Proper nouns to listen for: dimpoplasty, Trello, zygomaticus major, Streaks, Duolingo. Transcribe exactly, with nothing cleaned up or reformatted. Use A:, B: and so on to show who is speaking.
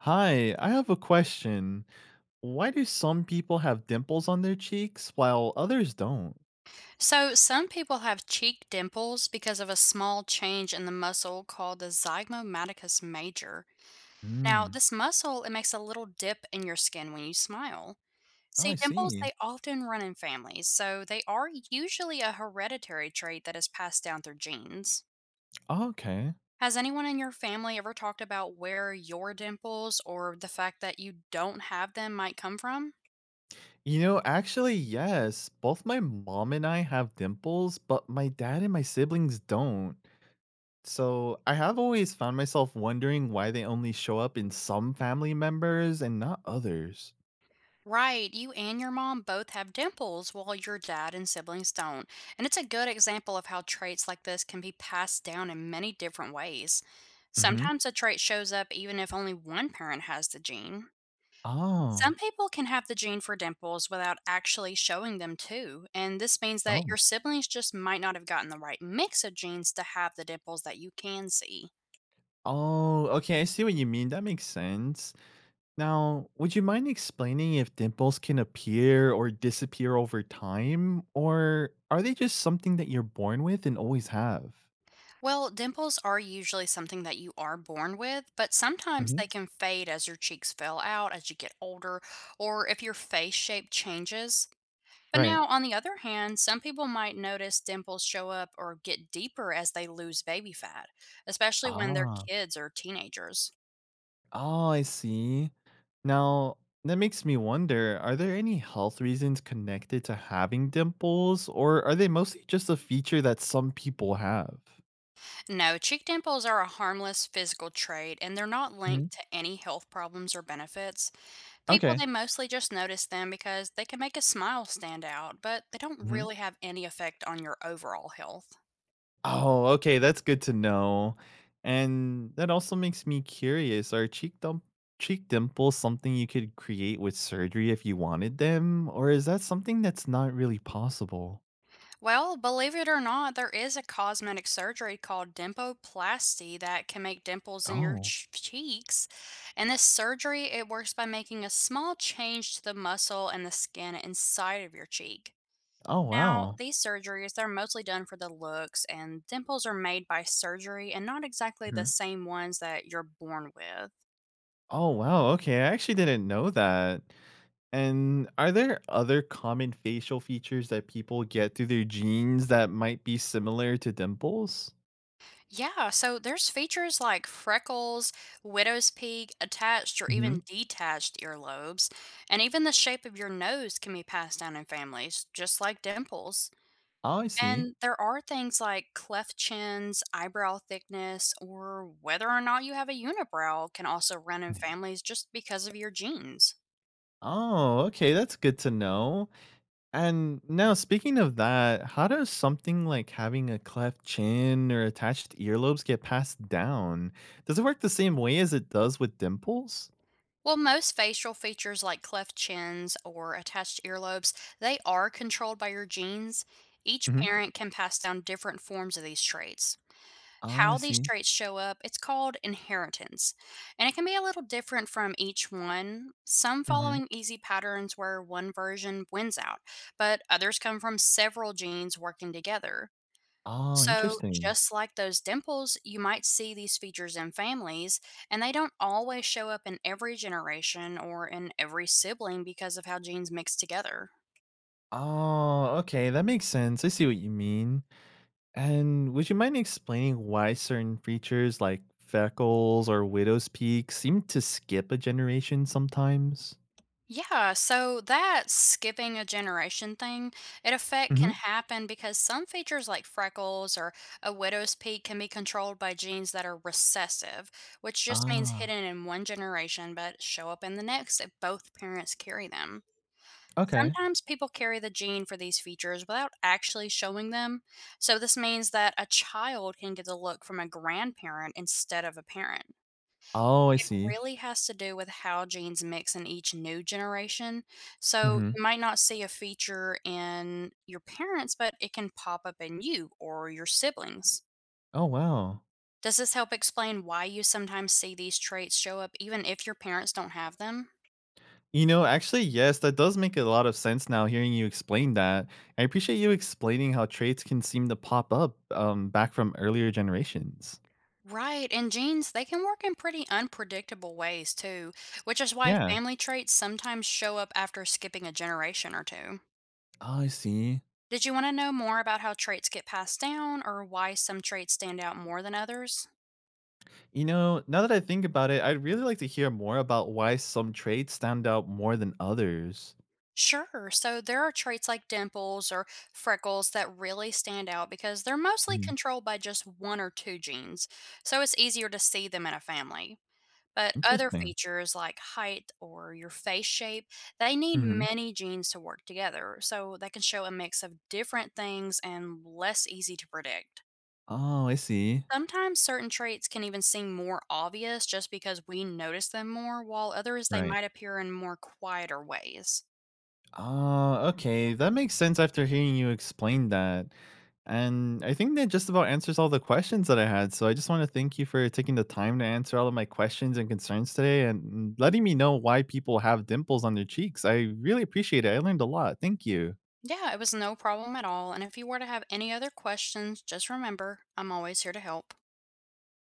A: Hi, I have a question. Why do some people have dimples on their cheeks while others don't?
B: So, some people have cheek dimples because of a small change in the muscle called the zygomaticus major. Now,
A: Hmm.
B: this muscle, it makes a little dip in your skin when you smile.
A: Oh,
B: See,
A: I
B: dimples,
A: see.
B: they often run in families, so they are usually a hereditary trait that is passed down through genes.
A: Oh, okay.
B: Has anyone in your family ever talked about where your dimples or the fact that you don't have them might come from?
A: You know, actually, yes, both my mom and I have dimples, but my dad and my siblings don't. So I have always found myself wondering why they only show up in some family members and not others.
B: Right, you and your mom both have dimples while your dad and siblings don't. And it's a good example of how traits like this can be passed down in many different ways.
A: Mm-hmm.
B: Sometimes a trait shows up even if only one parent has the gene. Some
A: Oh.
B: people can have the gene for dimples without actually showing them too, and this means that your
A: Oh.
B: siblings just might not have gotten the right mix of genes to have the dimples that you can see.
A: Oh, okay. I see what you mean. That makes sense. Now, would you mind explaining if dimples can appear or disappear over time, or are they just something that you're born with and always have?
B: Well, dimples are usually something that you are born with, but sometimes they
A: Hmm.
B: can fade as your cheeks fill out as you get older or if your face shape changes. But
A: Right.
B: now, on the other hand, some people might notice dimples show up or get deeper as they lose baby fat, especially when they're
A: Ah.
B: kids or teenagers.
A: Oh, I see. Now, that makes me wonder, are there any health reasons connected to having dimples, or are they mostly just a feature that some people have?
B: No, cheek dimples are a harmless physical trait and they're not
A: Hmm.
B: linked to any health problems or benefits. People,
A: Okay.
B: they mostly just notice them because they can make a smile stand out, but they don't really have any effect on your overall health.
A: Oh, okay, that's good to know. And that also makes me curious, are cheek dump cheek dimples something you could create with surgery if you wanted them, or is that something that's not really possible?
B: Well, believe it or not, there is a cosmetic surgery called dimpoplasty that can make dimples in your
A: Oh.
B: ch- cheeks. And this surgery, it works by making a small change to the muscle and the skin inside of your cheek.
A: Oh,
B: Now,
A: wow.
B: these surgeries, they're mostly done for the looks, and dimples are made by surgery and not exactly the
A: Mhm.
B: same ones that you're born with.
A: Oh, wow, okay, I actually didn't know that. And are there other common facial features that people get through their genes that might be similar to dimples?
B: Yeah, so there's features like freckles, widow's peak, attached or
A: Mhm.
B: even detached earlobes, and even the shape of your nose can be passed down in families, just like dimples.
A: Oh, I see.
B: And there are things like cleft chins, eyebrow thickness, or whether or not you have a unibrow can also run in families just because of your genes.
A: Oh, okay, that's good to know. And now, speaking of that, how does something like having a cleft chin or attached earlobes get passed down? Does it work the same way as it does with dimples?
B: Well, most facial features like cleft chins or attached earlobes, they are controlled by your genes. Each
A: Hmm.
B: parent can pass down different forms of these traits.
A: Oh, I
B: How these
A: see.
B: traits show up, it's called inheritance, and it can be a little different from each one. Some
A: Hmm.
B: following easy patterns where one version wins out, but others come from several genes working together.
A: Oh,
B: So,
A: interesting.
B: just like those dimples, you might see these features in families, and they don't always show up in every generation or in every sibling because of how genes mix together.
A: Oh, okay, that makes sense. I see what you mean. And would you mind explaining why certain features like freckles or widow's peaks seem to skip a generation sometimes?
B: Yeah, so that skipping a generation thing, it effect can
A: Hmm.
B: happen because some features like freckles or a widow's peak can be controlled by genes that are recessive, which just means
A: Ah,
B: hidden in one generation but show up in the next if both parents carry them.
A: okay.
B: Sometimes people carry the gene for these features without actually showing them, so this means that a child can get the look from a grandparent instead of a parent.
A: Oh, I
B: It
A: see.
B: really has to do with how genes mix in each new generation. So you
A: Hmm.
B: might not see a feature in your parents, but it can pop up in you or your siblings.
A: Oh, wow.
B: Does this help explain why you sometimes see these traits show up even if your parents don't have them?
A: You know, actually, yes, that does make a lot of sense now hearing you explain that. I appreciate you explaining how traits can seem to pop up um, back from earlier generations.
B: Right, and genes, they can work in pretty unpredictable ways too, which is why
A: Yeah.
B: family traits sometimes show up after skipping a generation or two.
A: Oh, I see.
B: Did you want to know more about how traits get passed down or why some traits stand out more than others?
A: You know, now that I think about it, I'd really like to hear more about why some traits stand out more than others.
B: Sure. So there are traits like dimples or freckles that really stand out because they're mostly
A: Mhm.
B: controlled by just one or two genes. So it's easier to see them in a family. But other
A: Interesting.
B: features like height or your face shape, they need
A: Hmm.
B: many genes to work together, so they can show a mix of different things and less easy to predict.
A: Oh, I see.
B: Sometimes certain traits can even seem more obvious just because we notice them more, while others they
A: Right.
B: might appear in more quieter ways.
A: Ah, okay. That makes sense after hearing you explain that. And I think that just about answers all the questions that I had. So I just want to thank you for taking the time to answer all of my questions and concerns today and letting me know why people have dimples on their cheeks. I really appreciate it. I learned a lot. Thank you.
B: Yeah, it was no problem at all. And if you were to have any other questions, just remember I'm always here to help.